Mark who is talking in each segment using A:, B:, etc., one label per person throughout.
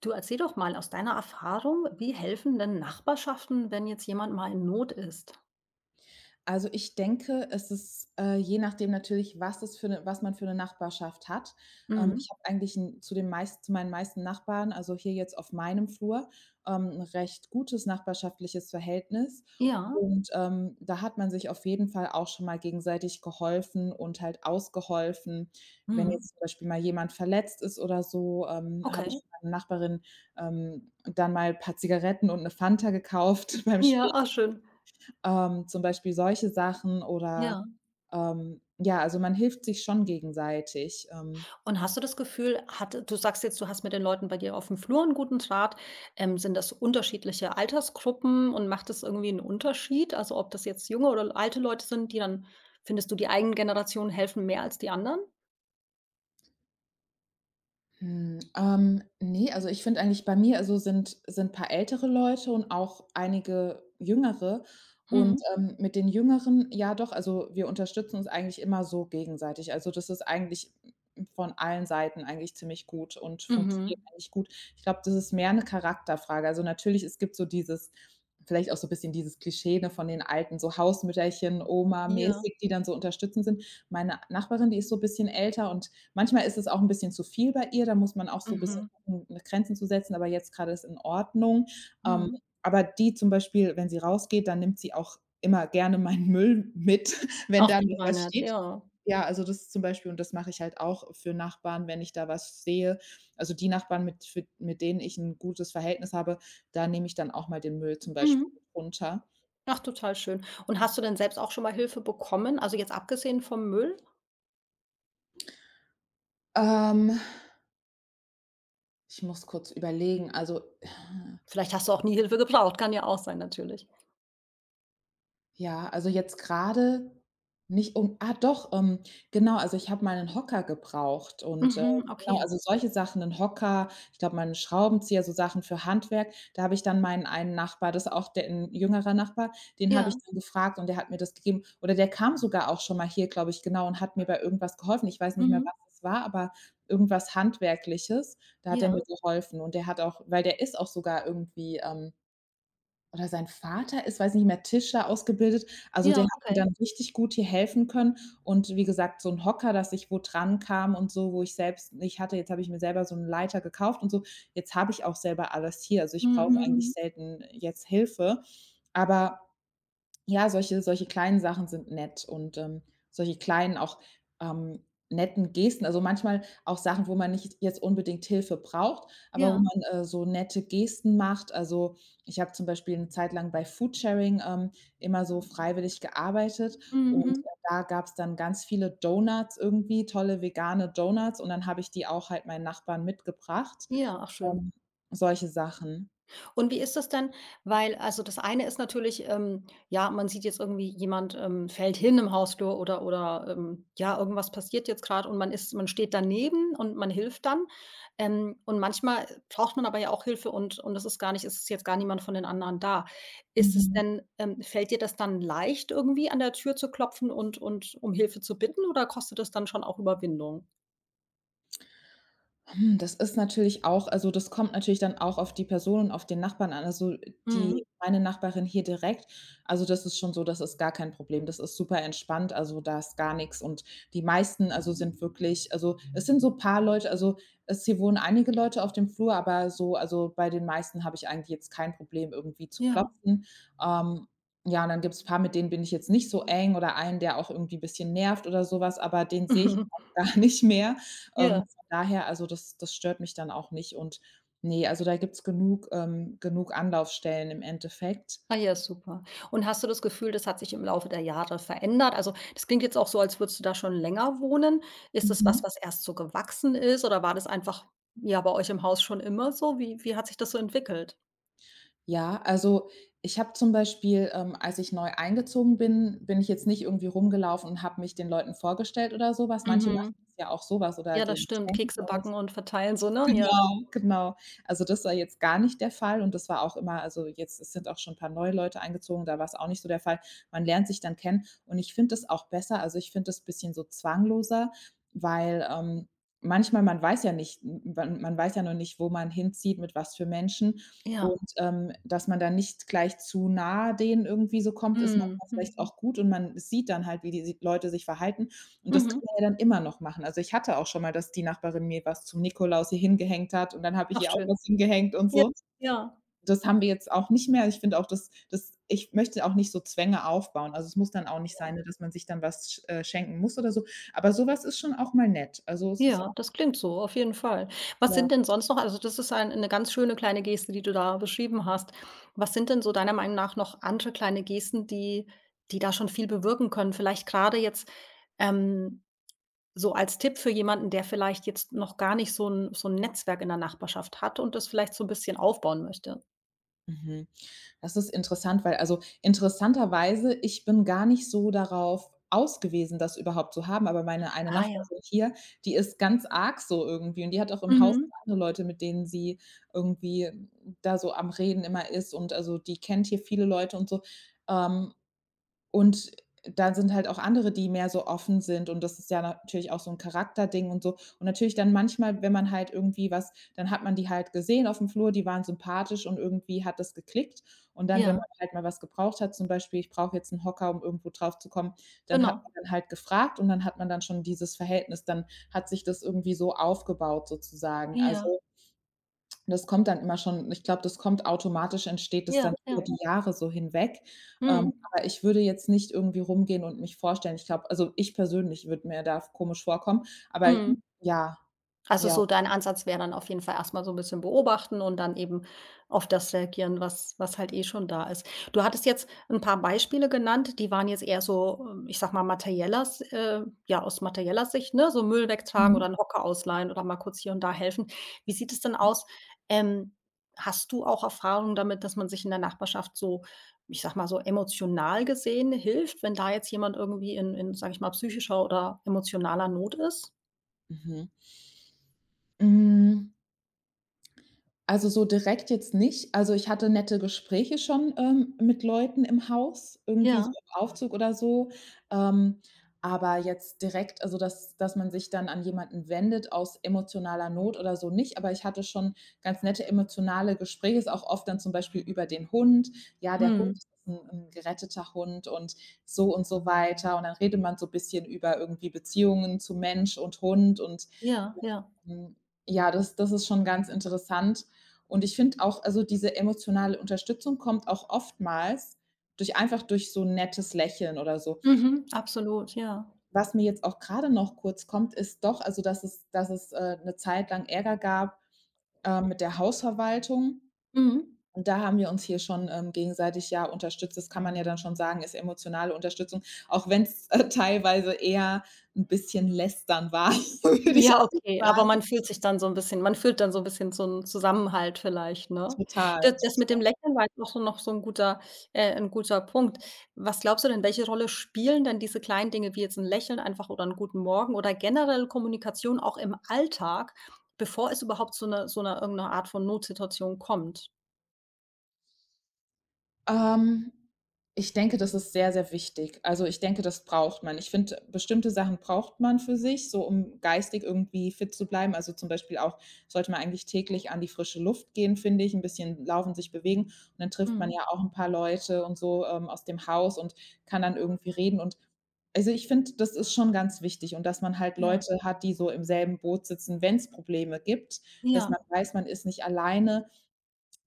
A: Du erzähl doch mal aus deiner Erfahrung, wie helfen denn Nachbarschaften, wenn jetzt jemand mal in Not ist?
B: Also, ich denke, es ist, je nachdem natürlich, was man für eine Nachbarschaft hat.
A: Mhm.
B: Ich habe eigentlich 'n zu den meist zu meinen meisten Nachbarn, also hier jetzt auf meinem Flur, 'n recht gutes nachbarschaftliches Verhältnis.
A: Ja.
B: Und, da hat man sich auf jeden Fall auch schon mal gegenseitig geholfen und halt ausgeholfen. Wenn
A: Mhm.
B: jetzt zum Beispiel mal jemand verletzt ist oder so, habe
A: Okay.
B: ich meiner Nachbarin, dann mal ein paar Zigaretten und eine Fanta gekauft beim
A: Ja,
B: Spielen,
A: ah, schön.
B: zum Beispiel solche Sachen oder,
A: Ja.
B: ähm ja, also man hilft sich schon gegenseitig.
A: Und hast du das Gefühl, hat du sagst jetzt, du hast mit den Leuten bei dir auf dem Flur einen guten Draht. Sind das unterschiedliche Altersgruppen und macht das irgendwie einen Unterschied? Also, ob das jetzt junge oder alte Leute sind, die dann findest du, die eigenen Generationen helfen mehr als die anderen?
B: Ne, also ich finde eigentlich bei mir also sind ein paar ältere Leute und auch einige jüngere.
A: Mhm.
B: Und, mit den Jüngeren ja doch, also wir unterstützen uns eigentlich immer so gegenseitig. Also, das ist eigentlich von allen Seiten eigentlich ziemlich gut und funktioniert
A: Mhm.
B: eigentlich gut. Ich glaube, das ist mehr eine Charakterfrage. Also, natürlich, es gibt so dieses, vielleicht auch so ein bisschen dieses Klischee, ne, von den alten so Hausmütterchen,
A: Ja.
B: Oma-mäßig, die dann so unterstützend sind. Meine Nachbarin, die ist so ein bisschen älter und manchmal ist es auch 'n bisschen zu viel bei ihr, da muss man auch so bisschen
A: Mhm.
B: gucken, ne, Grenzen zu setzen, aber jetzt grade ist in Ordnung. Ähm,
A: Mhm.
B: aber die zum Beispiel, wenn sie rausgeht, dann nimmt sie auch immer gerne meinen Müll mit, wenn
A: Ach,
B: da noch
A: total
B: was
A: nett,
B: steht.
A: ja.
B: Ja, also das zum Beispiel, und das mache ich halt auch für Nachbarn, wenn ich da was sehe. Also die Nachbarn, mit denen ich 'n gutes Verhältnis habe, da nehme ich dann auch mal den Müll zum
A: Mhm.
B: Beispiel runter.
A: Ach, total schön. Und hast du denn selbst auch schon mal Hilfe bekommen? Also, jetzt abgesehen vom Müll?
B: Ähm, ich muss kurz überlegen, also
A: Vielleicht hast du auch nie Hilfe gebraucht, kann ja auch sein natürlich.
B: ja, also jetzt gerade nicht um ah doch, genau, also ich habe mal 'nen Hocker gebraucht und,
A: Mhm,
B: genau,
A: okay.
B: also solche Sachen, 'nen Hocker, ich glaube mal 'n Schraubenzieher, so Sachen für Handwerk. Da habe ich dann meinen einen Nachbar, das ist auch der 'n jüngerer Nachbar, den habe ich
A: Ja.
B: dann gefragt und der hat mir das gegeben. Oder der kam sogar auch schon mal hier, glaube ich, genau, und hat mir bei irgendwas geholfen. Ich weiß nicht mehr,
A: Mhm.
B: was es war, aber irgendwas Handwerkliches, da hat er mir
A: Ja.
B: geholfen, und der hat auch, weil der ist auch sogar irgendwie, oder sein Vater ist, weiß nicht mehr, Tischler ausgebildet. Also, der
A: Ja,
B: hat mir dann
A: okay.
B: richtig gut hier helfen können und wie gesagt, so 'n Hocker, dass ich wo dran kam und so, wo ich selbst nicht hatte. Jetzt habe ich mir selber so 'n Leiter gekauft und so. Jetzt habe ich auch selber alles hier. Also, ich
A: Mhm,
B: brauche
A: mhm.
B: eigentlich selten jetzt Hilfe. Aber ja, solche kleinen Sachen sind nett und, solche kleinen auch, ähm, netten Gesten, also, manchmal auch Sachen, wo man nicht jetzt unbedingt Hilfe braucht, aber wo
A: Ja.
B: man, so nette Gesten macht. Also, ich habe zum Beispiel eine Zeit lang bei Foodsharing, immer so freiwillig gearbeitet.
A: Mhm,
B: Mhm. Und,
A: mhm.
B: da gab es dann ganz viele Donuts irgendwie, tolle vegane Donuts, und dann habe ich die auch halt meinen Nachbarn mitgebracht,
A: Ja, ach schön.
B: ähm, solche Sachen.
A: Und wie ist das denn? Weil also, das eine ist natürlich, ja, man sieht jetzt irgendwie, jemand, fällt hin im Hausflur oder, ja, irgendwas passiert jetzt gerade und man steht daneben und man hilft dann. Und manchmal braucht man aber ja auch Hilfe und das ist gar nicht, es ist jetzt gar niemand von den anderen da. Ist es
B: Mhm.
A: denn fällt dir das dann leicht, irgendwie an der Tür zu klopfen und um Hilfe zu bitten oder kostet das dann schon auch Überwindung?
B: Das ist natürlich auch, also das kommt natürlich dann auch auf die Person und auf den Nachbarn an. Also,
A: Mhm.
B: die meine Nachbarin hier direkt, also das ist schon so, das ist gar kein Problem. Das ist super entspannt, also, da ist gar nix. Und die meisten, also, sind wirklich, also es sind so paar Leute, also es, hier wohnen einige Leute auf dem Flur, aber so, also bei den meisten habe ich eigentlich jetzt kein Problem, irgendwie zu
A: Ja.
B: klopfen. Ähm, ja, und dann gibt's paar, mit denen bin ich jetzt nicht so eng, oder einen, der auch irgendwie bisschen nervt oder so was, aber den sehe ich auch gar nicht mehr. Ähm
A: Ja.
B: Daher, also das stört mich dann auch nicht, und nee, also da gibt's genug, genug Anlaufstellen im Endeffekt.
A: Ah ja, super. Und hast du das Gefühl, das hat sich im Laufe der Jahre verändert? Also, das klingt jetzt auch so, als würdest du da schon länger wohnen. Ist das was,
B: Mhm.
A: was erst so gewachsen ist oder war das einfach, ja, bei euch im Haus schon immer so? Wie hat sich das so entwickelt?
B: Ja, also ich habe zum Beispiel, als ich neu eingezogen bin, bin ich jetzt nicht irgendwie rumgelaufen und habe mich den Leuten vorgestellt oder sowas. Manche
A: Mhm.
B: machen das ja auch, sowas, oder
A: Ja, das
B: geben
A: stimmt.
B: Geschenke.
A: Kekse backen und verteilen so, ne? Ja,
B: Genau, genau. Also, das war jetzt gar nicht der Fall und das war auch immer, also jetzt, es sind auch schon ein paar neue Leute eingezogen, da war es auch nicht so der Fall. Man lernt sich dann kennen und ich finde das auch besser. Also, ich finde das bisschen so zwangloser, weil, manchmal man weiß ja noch nicht, wo man hinzieht, mit was für Menschen,
A: ja.
B: und, dass man dann nicht gleich zu nah denen irgendwie so kommt, ist
A: Mhm,
B: manchmal
A: mhm,
B: vielleicht auch gut, und man sieht dann halt, wie die si Leute sich verhalten, und das
A: mhm.
B: kann man ja dann immer noch machen. Also, ich hatte auch schon mal, dass die Nachbarin mir was zum Nikolaus hier hingehängt hat und dann habe ich
A: Ach
B: ihr auch
A: schön.
B: was hingehängt und
A: Ja,
B: so.
A: ja.
B: Das haben wir jetzt auch nicht mehr. Ich finde auch, dass ich möchte auch nicht so Zwänge aufbauen. Also, es muss dann auch nicht sein, ne, dass man sich dann was schenken muss oder so. Aber so was ist schon auch mal nett. Also, es ist
A: Ja,
B: auch
A: das klingt so, auf jeden Fall. Was
B: ja.
A: sind denn sonst noch, also, das ist ein 'ne ganz schöne kleine Geste, die du da beschrieben hast. Was sind denn so deiner Meinung nach noch andere kleine Gesten, die da schon viel bewirken können? Vielleicht gerade jetzt, ähm, so als Tipp für jemanden, der vielleicht jetzt noch gar nicht so ein Netzwerk in der Nachbarschaft hat und das vielleicht so ein bisschen aufbauen möchte.
B: Mhm. Das ist interessant, weil, also interessanterweise, ich bin gar nicht so darauf aus gewesen, das überhaupt zu haben, aber meine eine
A: Ah ja.
B: Nachbarin hier, die ist ganz arg so irgendwie und die hat auch im Haus
A: Mhm.
B: andere Leute, mit denen sie irgendwie da so am Reden immer ist, und also, die kennt hier viele Leute und so, ähm und dann sind halt auch andere, die mehr so offen sind, und das ist ja natürlich auch so ein Charakterding und so. Und natürlich dann manchmal, wenn man halt irgendwie was, dann hat man die halt gesehen auf dem Flur, die waren sympathisch und irgendwie hat das geklickt. Und dann, wenn
A: Ja,
B: man halt mal was gebraucht hat, zum Beispiel: „Ich brauche jetzt einen Hocker, um irgendwo drauf zu kommen, dann hat man
A: genau.
B: dann halt gefragt, und dann hat man dann schon dieses Verhältnis dann, hat sich das irgendwie so aufgebaut sozusagen.
A: Ja,
B: Also das kommt dann immer schon, ich glaube, das kommt automatisch, entsteht das
A: ja,
B: dann über
A: ja.
B: die Jahre so hinweg.
A: Mhm.
B: Aber ich würde jetzt nicht irgendwie rumgehen und mich vorstellen. Ich glaube, also ich persönlich würde mir da komisch vorkommen, aber
A: Mhm.
B: ja,
A: Also
B: ja.
A: so dein Ansatz wäre dann auf jeden Fall erstmal so ein bisschen beobachten und dann eben auf das reagieren, was halt eh schon da ist. Du hattest jetzt ein paar Beispiele genannt, die waren jetzt eher so, ich sag mal, materieller S ja, aus materieller Sicht, ne, so Müll wegtragen oder
B: Mhm.
A: einen Hocker ausleihen oder mal kurz hier und da helfen. Wie sieht es denn aus? Ähm, Hast du auch Erfahrung damit, dass man sich in der Nachbarschaft so, ich sag mal, so emotional gesehen hilft, wenn da jetzt jemand irgendwie in, sage ich mal, psychischer oder emotionaler Not ist?
B: Mhm. Hm. Also, so direkt jetzt nicht. Also, ich hatte nette Gespräche schon, mit Leuten im Haus, irgendwie so
A: Ja.
B: im Aufzug oder so. Ähm, aber jetzt direkt, also dass man sich dann an jemanden wendet aus emotionaler Not oder so, nicht, aber ich hatte schon ganz nette emotionale Gespräche, ist auch oft dann zum Beispiel über den Hund. Ja, der Hund
A: Mhm.
B: ist ein 'n geretteter Hund und so weiter. Und dann redet man so ein bisschen über irgendwie Beziehungen zu Mensch und Hund
A: Ja, ja.
B: und, hm, ja, das ist schon ganz interessant. Und ich finde auch, also diese emotionale Unterstützung kommt auch oftmals durch einfach durch so 'n nettes Lächeln oder so.
A: Mhm. Absolut, ja.
B: Was mir jetzt auch grade noch kurz kommt, ist doch, also dass es 'ne Zeit lang Ärger gab, mit der Hausverwaltung.
A: Mhm.
B: Und da haben wir uns hier schon, gegenseitig ja unterstützt. Das kann man ja dann schon sagen, ist emotionale Unterstützung, auch wenn's, teilweise eher 'n bisschen lästern war, würde ich
A: Ja,
B: auch
A: okay, aber
B: sagen.
A: man fühlt dann so 'n bisschen so 'n Zusammenhalt vielleicht, ne?
B: Total.
A: Das mit dem Lächeln war jetzt auch so noch so 'n guter Punkt. Was glaubst du denn, welche Rolle spielen denn diese kleinen Dinge wie jetzt 'n Lächeln einfach oder 'n guten Morgen oder generell Kommunikation auch im Alltag, bevor es überhaupt zu 'ner so 'ner irgend 'ner Art von Notsituation kommt?
B: Ähm, ich denke, das ist sehr, sehr wichtig. Also, ich denke, das braucht man. Ich finde, bestimmte Sachen braucht man für sich, so um geistig irgendwie fit zu bleiben. Also, zum Beispiel auch sollte man eigentlich täglich an die frische Luft gehen, finde ich, ein bisschen laufen, sich bewegen. Und dann trifft man
A: Mhm.
B: ja auch ein paar Leute und so, aus dem Haus, und kann dann irgendwie reden und, also ich finde, das ist schon ganz wichtig, und dass man halt
A: Ja,
B: Leute hat, die so im selben Boot sitzen. Wenn es Probleme gibt, dass man
A: ja.
B: weiß, man ist nicht alleine,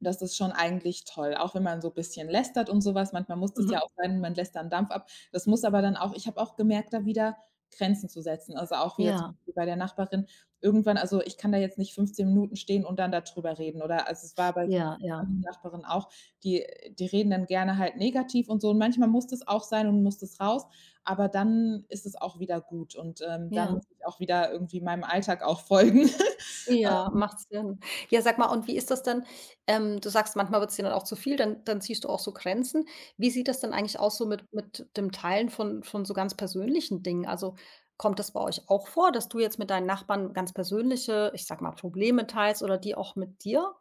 B: das ist schon eigentlich toll, auch wenn man so bisschen lästert und so was. Manchmal muss das
A: Mhm.
B: ja auch sein, man lässt dann Dampf ab. Das muss aber dann auch, ich habe auch gemerkt, da wieder Grenzen zu setzen. Also, auch wieder zum
A: Ja,
B: Beispiel bei der Nachbarin, irgendwann, also ich kann da jetzt nicht 15 Minuten stehen und dann da drüber reden, oder, also es war bei der
A: ja, ja,
B: anderen Nachbarin auch, die die reden dann gerne halt negativ und so und manchmal muss das auch sein und muss das raus, aber dann ist es auch wieder gut und, dann
A: ja.
B: muss ich auch wieder irgendwie meinem Alltag auch folgen.
A: Ja,
B: Ähm
A: macht Sinn. Ja, sag mal, und wie ist das denn? Du sagst, manchmal wird's dir dann auch zu viel, dann ziehst du auch so Grenzen. Wie sieht das denn eigentlich aus so mit dem Teilen von so ganz persönlichen Dingen? Also, kommt das bei euch auch vor, dass du jetzt mit deinen Nachbarn ganz persönliche, ich sag mal, Probleme teilst oder die auch mit dir?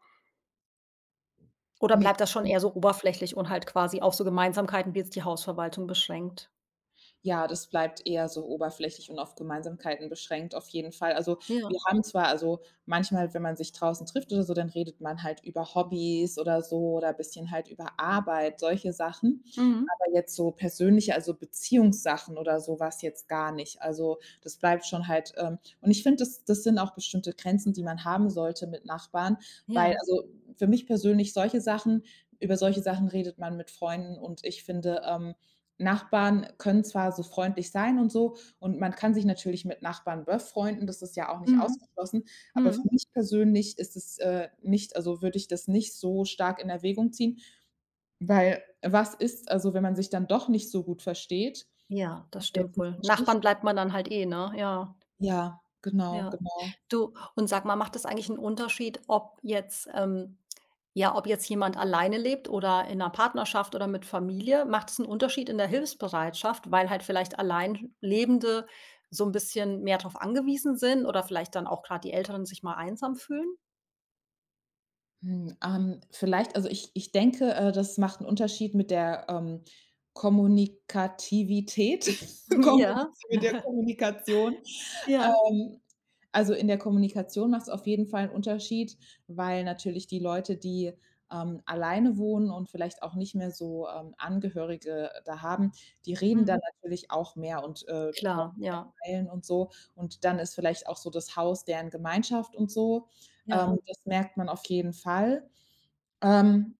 A: Oder
B: Ne.
A: bleibt das schon eher so oberflächlich und halt quasi auf so Gemeinsamkeiten wie jetzt die Hausverwaltung beschränkt?
B: Ja, das bleibt eher so oberflächlich und auf Gemeinsamkeiten beschränkt, auf jeden Fall. Also,
A: Ja.
B: wir haben zwar manchmal, wenn man sich draußen trifft oder so, dann redet man halt über Hobbys oder so oder ein bisschen halt über Arbeit, solche Sachen.
A: Mhm.
B: Aber jetzt so persönliche, also Beziehungssachen oder so was jetzt gar nicht. Also, das bleibt schon halt, und ich finde, das sind auch bestimmte Grenzen, die man haben sollte mit Nachbarn, weil
A: Ja.
B: also, für mich persönlich solche Sachen über solche Sachen redet man mit Freunden und ich finde, Nachbarn können zwar so freundlich sein und so und man kann sich natürlich mit Nachbarn befreunden, das ist ja auch nicht
A: Mhm.
B: ausgeschlossen, aber
A: Mhm.
B: für mich persönlich ist es, nicht also, würde ich das nicht so stark in Erwägung ziehen, weil was ist also, wenn man sich dann doch nicht so gut versteht
A: Ja,
B: auf
A: das
B: der
A: stimmt wohl.
B: tiefen Schicht?
A: Nachbarn bleibt man dann halt eh, ne? Ja.
B: Ja, genau,
A: Ja.
B: genau.
A: Du, und sag mal, macht das eigentlich einen Unterschied, ob jetzt ja, ob jetzt jemand alleine lebt oder in einer Partnerschaft oder mit Familie? Macht es einen Unterschied in der Hilfsbereitschaft, weil halt vielleicht allein Lebende so ein bisschen mehr darauf angewiesen sind oder vielleicht dann auch gerade die Älteren sich mal einsam fühlen?
B: Vielleicht also, ich denke, das macht einen Unterschied mit der, Kommunikativität,
A: Ja.
B: Kommuniz mit der Kommunikation.
A: Ja.
B: Ähm, also, in der Kommunikation macht es auf jeden Fall 'n Unterschied, weil natürlich die Leute, die, alleine wohnen und vielleicht auch nicht mehr so, Angehörige da haben, die reden dann
A: Mhm.
B: natürlich auch mehr und, wollen
A: Klar, ja.
B: teilen und so. Und dann ist vielleicht auch so das Haus deren Gemeinschaft und so.
A: Ja.
B: Das merkt man auf jeden Fall. Ähm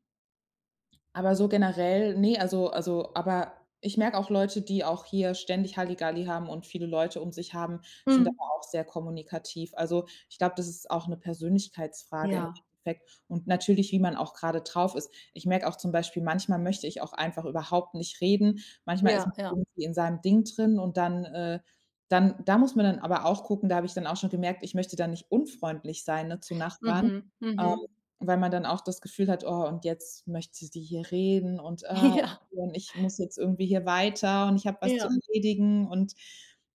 B: aber so generell, ne, also aber ich merke auch Leute, die auch hier ständig Halligalli haben und viele Leute um sich haben, sind
A: Mhm.
B: aber auch sehr kommunikativ. Also, ich glaube, das ist auch eine Persönlichkeitsfrage im
A: Ja.
B: Endeffekt und natürlich, wie man auch gerade drauf ist. Ich merke auch zum Beispiel, manchmal möchte ich auch einfach überhaupt nicht reden. Manchmal ist
A: Ja,
B: man
A: ja.
B: irgendwie in seinem Ding drin und dann da muss man dann aber auch gucken, da habe ich dann auch schon gemerkt, ich möchte dann nicht unfreundlich sein, ne, zu Nachbarn.
A: Mhm.
B: Ähm
A: Mhm.
B: weil man dann auch das Gefühl hat: „Oh, und jetzt möchte sie hier reden
A: Ja,
B: und ich muss jetzt irgendwie hier weiter und ich habe was zu
A: ja.
B: erledigen“ und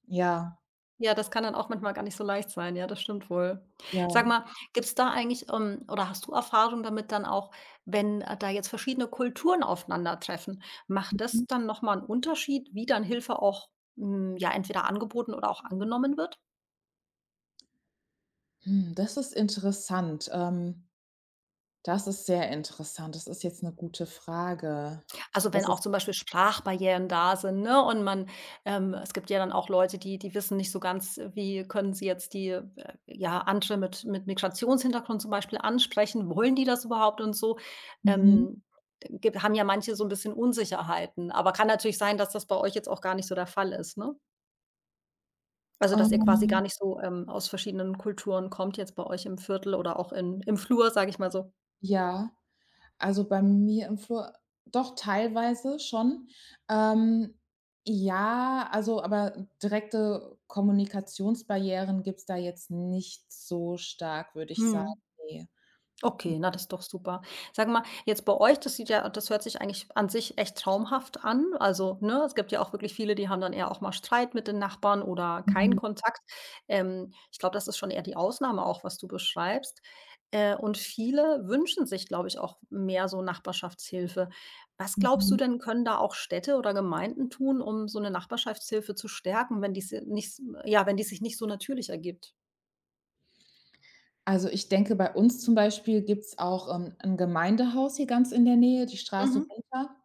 B: ja,
A: Ja, das kann dann auch manchmal gar nicht so leicht sein. Ja, das stimmt wohl.
B: ja.
A: Sag mal, gibt's da eigentlich, oder hast du Erfahrung damit dann auch, wenn, da jetzt verschiedene Kulturen aufeinandertreffen, macht das dann noch mal 'n Unterschied, wie dann Hilfe auch, hm, ja, entweder angeboten oder auch angenommen wird?
B: Das ist interessant. Das ist sehr interessant. Das ist jetzt eine gute Frage.
A: Also, wenn
B: Das
A: auch
B: ist
A: zum Beispiel Sprachbarrieren da sind, ne, und man es gibt ja dann auch Leute, die die wissen nicht so ganz, wie können sie jetzt die, ja, andere mit Migrationshintergrund zum Beispiel ansprechen. Wollen die das überhaupt und so?
B: mhm.
A: Ähm, gib Haben ja manche so ein bisschen Unsicherheiten, aber kann natürlich sein, dass das bei euch jetzt auch gar nicht so der Fall ist, ne? Also, dass ihr quasi gar
B: Ähm,
A: nicht so, aus verschiedenen Kulturen kommt jetzt bei euch im Viertel oder auch in im Flur, sage ich mal so.
B: ja. Also, bei mir im Flur doch, teilweise schon. Ähm, ja, also, aber direkte Kommunikationsbarrieren gibt's da jetzt nicht so stark, würde ich sagen,
A: Mhm.
B: ne.
A: Okay, na, das ist doch super. Sag mal, jetzt bei euch, das sieht ja das hört sich eigentlich an sich echt traumhaft an. Also, ne, es gibt ja auch wirklich viele, die haben dann eher auch mal Streit mit den Nachbarn oder keinen
B: Mhm,
A: Kontakt. Ich glaube, das ist schon eher die Ausnahme auch, was du beschreibst. Und viele wünschen sich, glaube ich, auch mehr so Nachbarschaftshilfe. Was glaubst du
B: mhm.
A: denn, können da auch Städte oder Gemeinden tun, um so eine Nachbarschaftshilfe zu stärken, wenn die si nicht, ja, wenn die sich nicht so natürlich ergibt?
B: Also, ich denke, bei uns zum Beispiel gibt's auch, 'n Gemeindehaus hier ganz in der Nähe, die Straße
A: Mhm.
B: runter.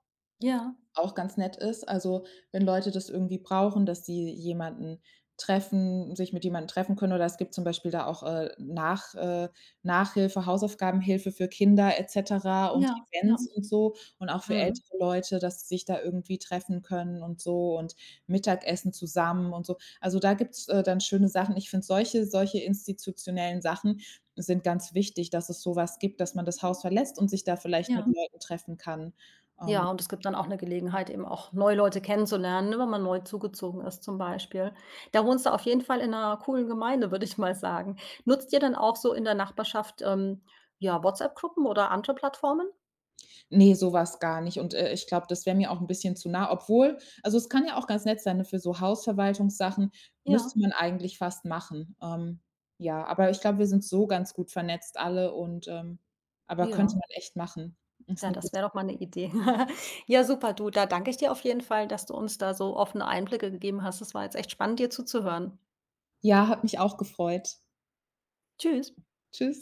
A: Ja,
B: Auch ganz nett ist. Also, wenn Leute das irgendwie brauchen, dass sie jemanden treffen sich mit jemandem treffen können oder es gibt zum Beispiel da auch, Nachhilfe, Hausaufgabenhilfe für Kinder et cetera und
A: ja, ja.
B: Events und so und auch für
A: Mhm.
B: ältere Leute, dass sie sich da irgendwie treffen können und so und Mittagessen zusammen und so. Also, da gibt's, dann schöne Sachen. Ich finde solche institutionellen Sachen sind ganz wichtig, dass es sowas gibt, dass man das Haus verlässt und sich da vielleicht mit
A: Ja.
B: Hm. Leuten treffen kann. Ähm
A: Ja, und es gibt dann auch eine Gelegenheit, eben auch neue Leute kennenzulernen, ne, wenn man neu zugezogen ist zum Beispiel. Da wohnst du auf jeden Fall in einer coolen Gemeinde, würde ich mal sagen. Nutzt ihr dann auch so in der Nachbarschaft, ja, WhatsApp-Gruppen oder andere Plattformen?
B: Ne, sowas gar nicht und, ich glaube, das wäre mir auch 'n bisschen zu nah, obwohl also, es kann ja auch ganz nett sein, ne, für so Hausverwaltungssachen
A: Ja,
B: müsste man eigentlich fast machen. Ja, aber ich glaube, wir sind so ganz gut vernetzt alle und, aber könnte man
A: ja.
B: echt machen. Ist
A: Ja,
B: 'ne
A: das
B: gute.
A: wäre doch mal eine Idee. Ja, super, du, da danke ich dir auf jeden Fall, dass du uns da so offene Einblicke gegeben hast. Es war jetzt echt spannend, dir zuzuhören.
B: Ja, hat mich auch gefreut.
A: Tschüss.
B: Tschüss.